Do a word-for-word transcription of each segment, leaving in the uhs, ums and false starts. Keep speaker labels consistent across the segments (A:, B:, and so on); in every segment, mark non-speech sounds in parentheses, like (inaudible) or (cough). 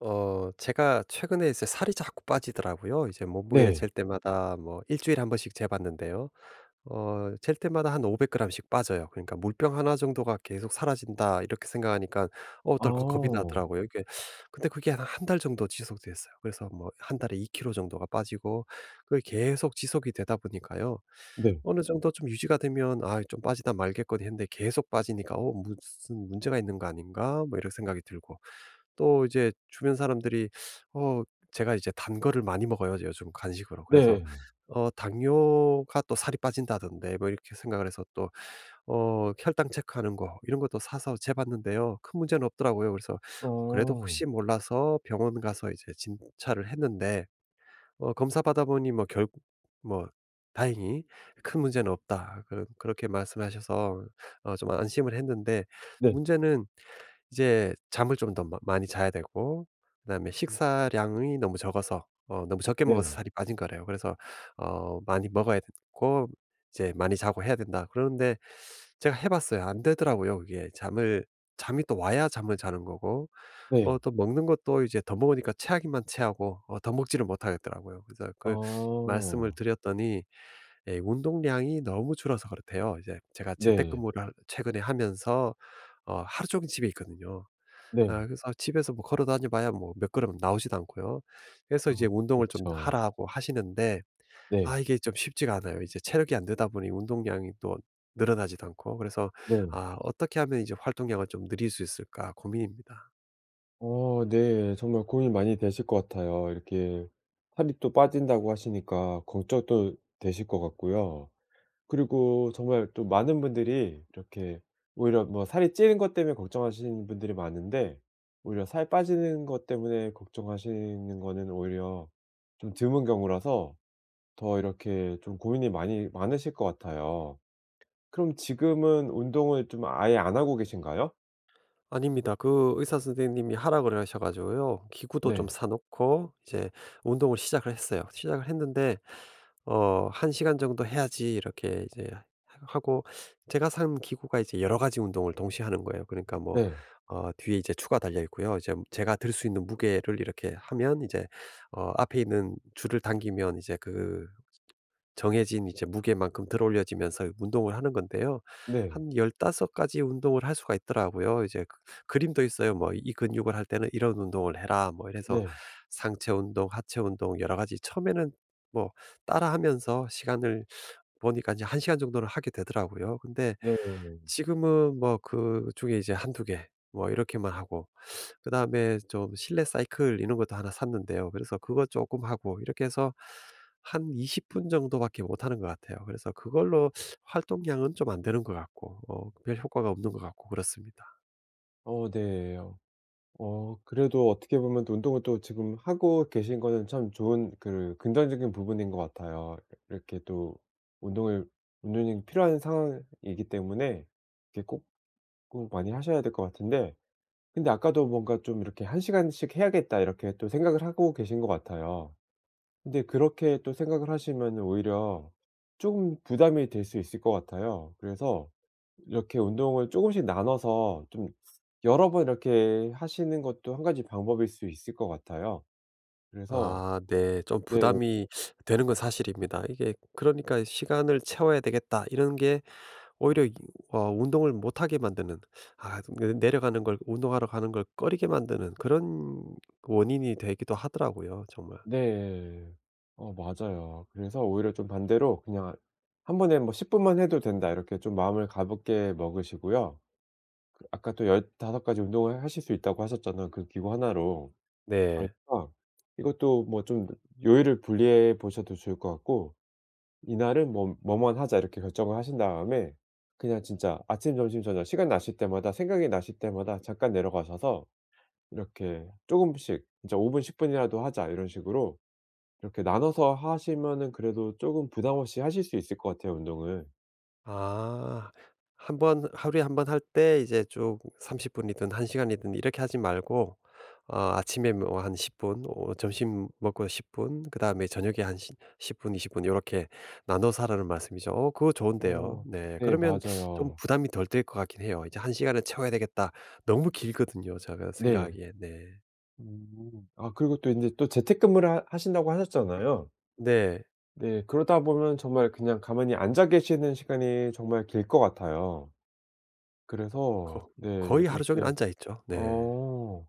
A: 어 제가 최근에 이제 살이 자꾸 빠지더라고요. 이제 몸무게를
B: 네.
A: 잴 때마다 뭐 일 주일에 한 번씩 재봤는데요. 어 잴 때마다 한 오백 g씩 빠져요. 그러니까 '물병 하나 정도가 계속 사라진다.' 이렇게 생각하니까 어 덜컥 겁이
B: 어.
A: 나더라고요. 이게. 근데 그게 한 한 달 정도 지속됐어요. 그래서 뭐 한 달에 이 킬로 정도가 빠지고, 그게 계속 지속이 되다 보니까요.
B: 네.
A: 어느 정도 좀 유지가 되면 '아 좀 빠지다 말겠거니.' 했는데, 계속 빠지니까 '어 무슨 문제가 있는 거 아닌가?' 뭐 이런 생각이 들고, 또 이제 주변 사람들이, 어 제가 이제 단 거를 많이 먹어요, 요즘 간식으로. 그래서
B: 네.
A: 어 당뇨가 또 살이 빠진다던데 뭐 이렇게 생각을 해서, 또 어 혈당 체크하는 거 이런 것도 사서 재봤는데요. 큰 문제는 없더라고요. 그래서 그래도
B: 어.
A: 혹시 몰라서 병원 가서 이제 진찰을 했는데, 어 검사 받아 보니 뭐 결 뭐 다행히 "큰 문제는 없다." 그렇 그렇게 말씀하셔서 어 좀 안심을 했는데,
B: 네.
A: 문제는 이제 잠을 좀 더 많이 자야 되고, 그다음에
B: 음.
A: 식사량이 너무 적어서, 어 너무 적게 먹어서
B: 네.
A: 살이 빠진 거래요. 그래서 어 많이 먹어야 되고, 이제 많이 자고 해야 된다. 그러는데, 제가 해 봤어요. 안 되더라고요 그게. 잠을 잠이 또 와야 잠을 자는 거고, 어
B: 네.
A: 또 먹는 것도 이제 더 먹으니까 체하기만 체하고, 어 더 먹지를 못하겠더라고요. 그래서 그 말씀을
B: 어.
A: 드렸더니, 예, 운동량이 너무 줄어서 그렇대요. 이제 제가
B: 네.
A: 재택근무를 최근에 하면서 어 하루 종일 집에 있거든요.
B: 네.
A: 아, 그래서 집에서 뭐 걸어 다녀 봐야 뭐 몇 걸음 나오지도 않고요. 그래서
B: 아,
A: 이제 운동을 좀
B: 그쵸.
A: 하라고 하시는데,
B: 네.
A: 아, 이게 좀 쉽지가 않아요. 이제 체력이 안 되다 보니 운동량이 또 늘어나지도 않고, 그래서
B: 네.
A: '아 어떻게 하면 이제 활동량을 좀 늘릴 수 있을까?' 고민입니다.
B: 어, 네. 정말 고민 많이 되실 것 같아요. 이렇게 살이 또 빠진다고 하시니까 걱정도 되실 것 같고요. 그리고 정말 또 많은 분들이 이렇게 오히려 뭐 살이 찌는 것 때문에 걱정하시는 분들이 많은데, 오히려 살 빠지는 것 때문에 걱정하시는 거는 오히려 좀 드문 경우라서 더 이렇게 좀 고민이 많이 많으실 것 같아요. 그럼 지금은 운동을 좀 아예 안 하고 계신가요?
A: 아닙니다. 그 의사 선생님이 하라 그래 하셔 가지고요. 기구도 좀
B: 네.
A: 사 놓고 이제 운동을 시작을 했어요. 시작을 했는데 어 "한 시간 정도 해야지." 이렇게 이제 하고, 제가 산 기구가 이제 여러 가지 운동을 동시에 하는 거예요. 그러니까 뭐
B: 네.
A: 어 뒤에 이제 추가 달려 있고요. 이제 제가 들 수 있는 무게를 이렇게 하면 이제 어 앞에 있는 줄을 당기면 이제 그 정해진 이제 무게만큼 들어올려지면서 운동을 하는 건데요.
B: 네.
A: 한 열 다섯 가지 운동을 할 수가 있더라고요. 이제 그 그림도 있어요. 뭐 "이 근육을 할 때는 이런 운동을 해라." 뭐 이래서
B: 네.
A: 상체 운동, 하체 운동 여러 가지. 처음에는 뭐 따라하면서 시간을 보니까 이제한 시간 정도는 하게 되더라고요. 근데
B: 네.
A: 지금은 뭐 그중에 이제 한두 개 뭐 이렇게만 하고, 그다음에 좀 실내 사이클 이런 것도 하나 샀는데요. 그래서 그거 조금 하고 이렇게 해서 한 이십 분 정도밖에 못 하는 것 같아요. 그래서 그걸로 활동량은 좀 안 되는 것 같고, 어 별 효과가 없는
B: 음.
A: 것 같고 그렇습니다.
B: 어, 네. 어 그래도 어떻게 보면 또 운동을 또 지금 하고 계신 거는 참 좋은 그 긍정적인 부분인 것 같아요. 이렇게 또 운동을 운동이 필요한 상황이기 때문에 이게 꼭꼭 많이 하셔야 될 것 같은데, 근데 아까도 뭔가 좀 이렇게 한 시간 시간씩 해야겠다 이렇게 또 생각을 하고 계신 것 같아요. 근데 그렇게 또 생각을 하시면 오히려 조금 부담이 될 수 있을 것 같아요. 그래서 이렇게 운동을 조금씩 나눠서 좀 여러 번 이렇게 하시는 것도 한 가지 방법일 수 있을 것 같아요. 그래서.
A: 아, 네. 좀
B: 네.
A: 부담이 되는 건 사실입니다. 이게 그러니까 '시간을 채워야 되겠다.' 이런 게 오히려 이 어 운동을 못 하게 만드는, 아 내 내려가는 걸 운동하러 가는 걸 꺼리게 만드는 그런 원인이 되기도 하더라고요 정말.
B: 네. 어 맞아요. 그래서 오히려 좀 반대로 그냥 한 번에 뭐 '십 분 분만 해도 된다.' 이렇게 좀 마음을 가볍게 먹으시고요. 그 아까 또 15 가지 운동을 하실 수 있다고 하셨잖아요, 그 기구 하나로.
A: 네.
B: 그러니까 이것도 뭐 좀 요일을 분리해 보셔도 좋을 것 같고, '이날은 뭐 뭐만 하자.' 이렇게 결정을 하신 다음에 그냥 진짜 아침, 점심, 저녁 시간 나실 때마다 생각이 나실 때마다 잠깐 내려가셔서 이렇게 조금씩 진짜 5 분, 십 분 분이라도 하자 이런 식으로 이렇게 나눠서 하시면은 그래도 조금 부담 없이 하실 수 있을 것 같아요 운동을.
A: 아. 한 번 하루에 한 번 할 때 이제 쭉 삼십 분이든 한 시간이든 이렇게 하지 말고, 어 아침에 뭐 한 십 분, 어 점심 먹고 십 분, 그다음에 저녁에 한십10분 이십 분 이렇게 나눠서 하라는 말씀이죠. 어 그거 좋은데요.
B: 어
A: 네.
B: 네
A: 그러면 좀
B: 맞아요.
A: 부담이 덜 될 것 같긴 해요. 이제 '한 시간을 채워야 되겠다.' 너무 길거든요 제가
B: 네.
A: 생각하기에. 네.
B: 음. 아 그리고 또 인제 또 재택근무를 하 하신다고 하셨잖아요.
A: 네.
B: 네. 그러다 보면 정말 그냥 가만히 앉아 계시는 시간이 정말 길 것 같아요. 그래서
A: 거
B: 네
A: 거의 하루 종일
B: 이렇게
A: 앉아 있죠. 네.
B: 어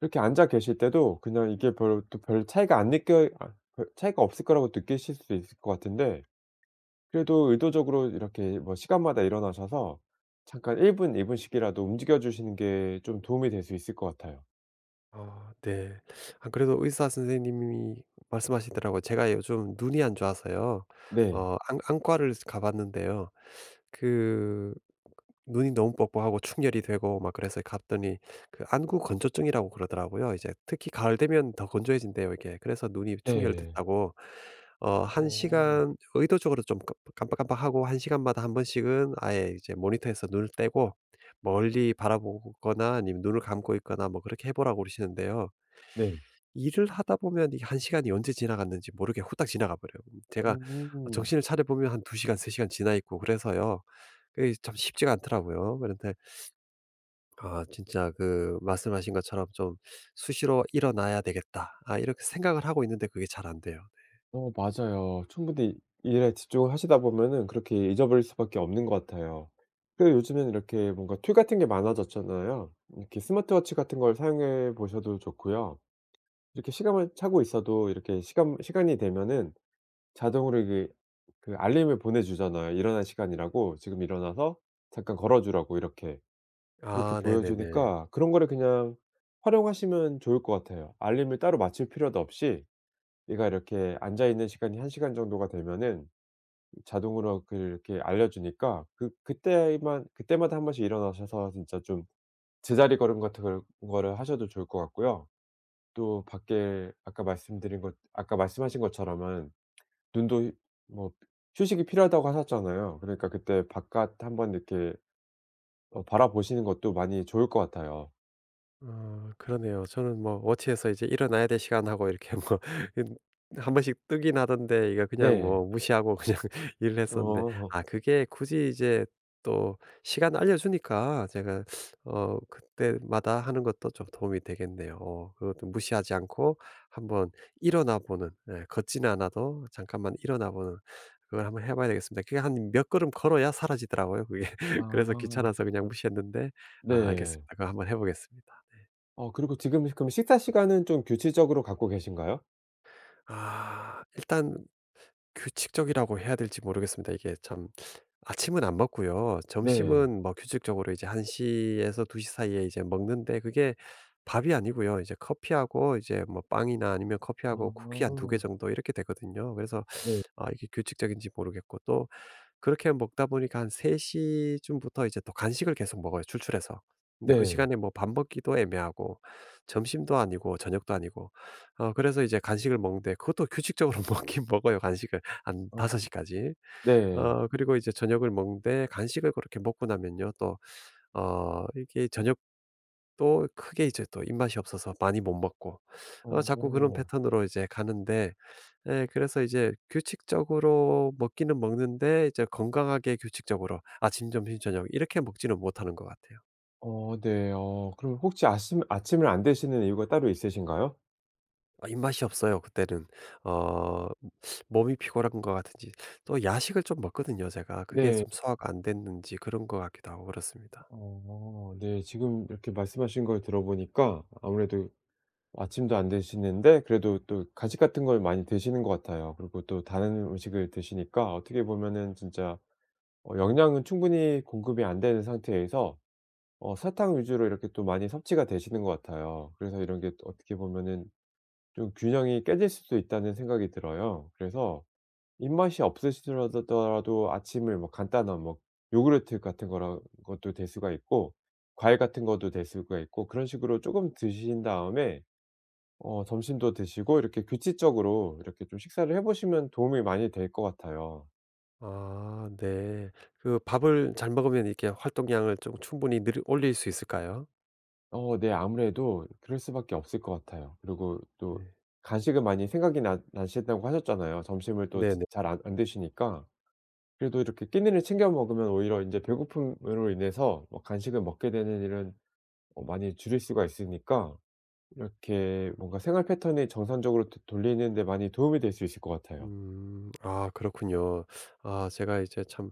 B: 이렇게 앉아 계실 때도 그냥 이게 별 또 별 차이가 안 느껴 아 별 차이가 없을 거라고 느끼실 수 있을 것 같은데, 그래도 의도적으로 이렇게 뭐 시간마다 일어나셔서 잠깐 1 분, 이 분 분씩이라도 움직여 주시는 게 좀 도움이 될 수 있을 것 같아요.
A: 어 네. 아, 그래도 의사 선생님이 말씀하시더라고요. 제가 요즘 눈이 안 좋아서요.
B: 네.
A: 어 안 안과를 가 봤는데요. 그 눈이 너무 뻑뻑하고 충혈이 되고 막 그래서 갔더니, 그 안구 건조증이라고 그러더라고요. 이제 특히 가을 되면 더 건조해진대요 이게. 그래서 눈이
B: 네.
A: 충혈됐다고, 어 한
B: 어.
A: 시간 의도적으로 좀 깜 깜빡깜빡하고 한 시간마다 한 번씩은 아예 이제 모니터에서 눈을 떼고 멀리 바라보거나, 아니면 눈을 감고 있거나, 뭐 그렇게 해 보라고 그러시는데요.
B: 네.
A: 일을 하다 보면 이게 한 시간이 언제 지나갔는지 모르게 후딱 지나가 버려요. 음, 제가
B: 음.
A: 정신을 차려 보면 한 두 시간, 세 시간 지나 있고 그래서요. 그게 참 쉽지가 않더라고요. 그런데 아, 진짜 그 말씀하신 것처럼 좀 '수시로 일어나야 되겠다.' 아, 이렇게 생각을 하고 있는데 그게 잘 안 돼요. 네.
B: 어 맞아요. 충분히 일에 집중을 하시다 보면은 그렇게 잊어버릴 수밖에 없는 것 같아요. 그 요즘엔 이렇게 뭔가 툴 같은 게 많아졌잖아요. 이렇게 스마트워치 같은 걸 사용해 보셔도 좋고요. 이렇게 시간을 차고 있어도 이렇게 시간 시간이 되면은 자동으로 이게 그 알림을 보내 주잖아요. 일어날 시간이라고 "지금 일어나서 잠깐 걸어 주라."고 이렇게. 그렇게
A: 아
B: 보여
A: 네네네.
B: 주니까 그런 거를 그냥 활용하시면 좋을 것 같아요. 알림을 따로 맞출 필요도 없이 얘가 이렇게 앉아 있는 시간이 1 시간 정도가 되면은 자동으로 그 이렇게 알려 주니까 그 그때만 그때마다 한 번씩 일어나셔서 진짜 좀 제자리 걸음 같은 걸 거를 하셔도 좋을 것 같고요. 또 밖에 아까 말씀드린 것 아까 말씀하신 것처럼은 눈도 뭐 휴식이 필요하다고 하셨잖아요. 그러니까 그때 바깥 한번 이렇게 어 바라보시는 것도 많이 좋을 것 같아요.
A: 어 그러네요. 저는 뭐 워치에서 이제 일어나야 될 시간 하고 이렇게 뭐 (laughs) 한 번씩 뜨긴 하던데, 이거 그냥
B: 네.
A: 뭐 무시하고 그냥 (laughs) 일을 했었는데,
B: 어.
A: 아 그게 굳이 이제 또 시간 알려 주니까 제가 어 그때마다 하는 것도 좀 도움이 되겠네요. 어 그것도 무시하지 않고 한번 일어나 보는, 예, 걷지는 않아도 잠깐만 일어나 보는 그걸 한번 해 봐야 되겠습니다. 그게 한 몇 걸음 걸어야 사라지더라고요 그게. (laughs) 그래서
B: 아.
A: 귀찮아서 그냥 무시했는데, 아 알겠습니다.
B: 네.
A: 그거 한번 해 보겠습니다.
B: 어 그리고 지금 그럼 식사 시간은 좀 규칙적으로 갖고 계신가요?
A: 아 일단 규칙적이라고 해야 될지 모르겠습니다. 이게 참. 아침은 안 먹고요.
B: 네.
A: 점심은 뭐 규칙적으로 이제 한 시에서 두 시 사이에 이제 먹는데 그게 밥이 아니고요. 이제 커피하고 이제 뭐 빵이나 아니면 커피하고 쿠키 한 두개
B: 어.
A: 정도 이렇게 되거든요. 그래서
B: 네.
A: 아, 이게 규칙적인지 모르겠고, 또 그렇게 먹다 보니까 한 세 시쯤부터 이제 또 간식을 계속 먹어요 출출해서. 근데 그
B: 네.
A: 시간에 뭐 밥 먹기도 애매하고, 점심도 아니고 저녁도 아니고, 어 그래서 이제 간식을 먹는데 그것도 규칙적으로 (laughs) 먹긴 먹어요 간식을 한
B: 어.
A: 다섯 시까지.
B: 네.
A: 어 그리고 이제 저녁을 먹는데 간식을 그렇게 먹고 나면요 또 어 이게 저녁도 크게 이제 또 입맛이 없어서 많이 못 먹고, 어 자꾸 그런
B: 어.
A: 패턴으로 이제 가는데, 예, 그래서 이제 규칙적으로 먹기는 먹는데 이제 건강하게 규칙적으로 아침, 점심, 저녁 이렇게 먹지는 못하는 것 같아요.
B: 어 네. 어 그럼 혹시 아침 아침을 안 드시는 이유가 따로 있으신가요?
A: 아, 입맛이 없어요 그때는. 어 몸이 피곤한 것 같은지 또 야식을 좀 먹거든요 제가. 그게
B: 네.
A: 좀 소화가 안 됐는지 그런 것 같기도 하고 그렇습니다.
B: 어 네. 지금 이렇게 말씀하신 걸 들어보니까 아무래도 아침도 안 드시는데 그래도 또 간식 같은 걸 많이 드시는 것 같아요. 그리고 또 다른 음식을 드시니까 어떻게 보면은 진짜 어 영양은 충분히 공급이 안 되는 상태에서 어 설탕 위주로 이렇게 또 많이 섭취가 되시는 것 같아요. 그래서 이런 게 또 어떻게 보면은 좀 균형이 깨질 수도 있다는 생각이 들어요. 그래서 입맛이 없으시더라도 라도 아침을 뭐 간단한 뭐 요구르트 같은 거라 것도 될 수가 있고 과일 같은 것도 될 수가 있고 그런 식으로 조금 드신 다음에 어 점심도 드시고 이렇게 규칙적으로 이렇게 좀 식사를 해 보시면 도움이 많이 될 것 같아요.
A: 아 네. 그 밥을 잘 먹으면 이렇게 활동량을 좀 충분히 늘 올릴 수 있을까요?
B: 어 네. 아무래도 그럴 수밖에 없을 것 같아요. 그리고 또
A: 네.
B: 간식은 많이 생각이 나 나신다고 하셨잖아요. 점심을 또 드
A: 네네.
B: 잘 안 안 드시니까. 그래도 이렇게 끼니를 챙겨 먹으면 오히려 인제 배고픔으로 인해서 뭐 간식을 먹게 되는 일은 어 많이 줄일 수가 있으니까 이렇게 뭔가 생활 패턴을 정상적으로 되 돌리는 데 많이 도움이 될 수 있을 것 같아요.
A: 음. 아 그렇군요. 아 제가 이제 참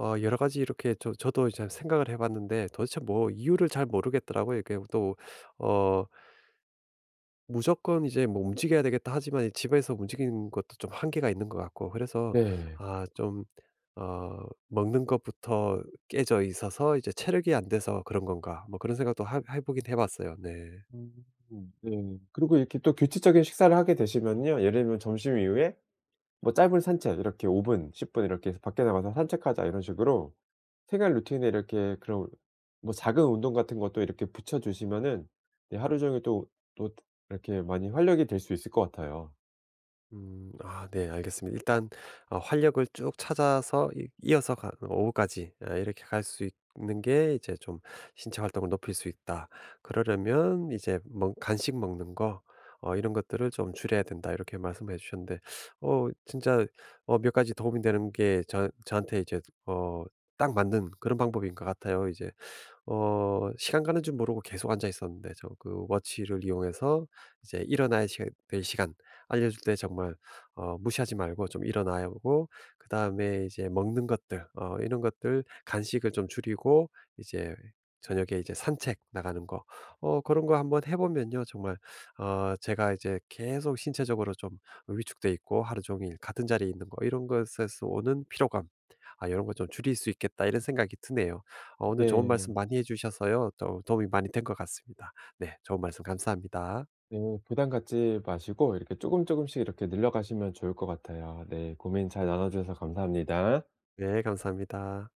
A: 어 여러 가지 이렇게 저 저도 이제 생각을 해 봤는데 도대체 뭐 이유를 잘 모르겠더라고요. 이게 또어 무조건 이제 뭐 움직여야 되겠다 하지만 이 집에서 움직이는 것도 좀 한계가 있는 것 같고, 그래서
B: 네.
A: 아 좀 어 '먹는 것부터 깨져 있어서 이제 체력이 안 돼서 그런 건가.' 뭐 그런 생각도 하 해 보긴 해 봤어요. 네.
B: 음. 네. 그리고 이렇게 또 규칙적인 식사를 하게 되시면요. 예를 들면 점심 이후에 뭐 짧은 산책 이렇게 5 분, 십 분 이렇게 해서 "밖에 나가서 산책하자." 이런 식으로 생활 루틴에 이렇게 그런 뭐 작은 운동 같은 것도 이렇게 붙여 주시면은 네 하루 종일 또 또 이렇게 많이 활력이 될 수 있을 것 같아요.
A: 음. 아 네 알겠습니다. 일단 어 활력을 쭉 찾아서 이 이어서 가 오후까지 아 이렇게 갈 수 있는 게 이제 좀 '신체 활동을 높일 수 있다.' 그러려면 이제 뭐 간식 먹는 거, 어 '이런 것들을 좀 줄여야 된다.' 이렇게 말씀해 주셨는데, 어 진짜 어 몇 가지 도움이 되는 게 저 저한테 이제 어 딱 맞는 그런 방법인 것 같아요. 이제 어 시간 가는 줄 모르고 계속 앉아 있었는데 저 그 워치를 이용해서 이제 일어나야 시간 될 시간 알려 줄 때 정말 어 무시하지 말고 좀 일어나야 하고, 그다음에 이제 먹는 것들, 어 이런 것들 간식을 좀 줄이고, 이제 저녁에 이제 산책 나가는 거, 어 그런 거 한번 해 보면요 정말, 어 제가 이제 계속 신체적으로 좀 위축돼 있고 하루 종일 같은 자리에 있는 거, 이런 것에서 오는 피로감, '아 런거 좀 줄일 수 있겠다.' 이런 생각이 드네요. 어 오늘 좋은 말씀
B: 네.
A: 많이 해 주셔서요. 도 도움이 많이 된 것 같습니다. 네. 좋은 말씀 감사합니다.
B: 네. 부담 갖지 마시고 이렇게 쪼금쪼금씩 이렇게 늘려가시면 좋을 것 같아요. 네. 고민 잘 나눠 주셔서 감사합니다.
A: 네. 감사합니다.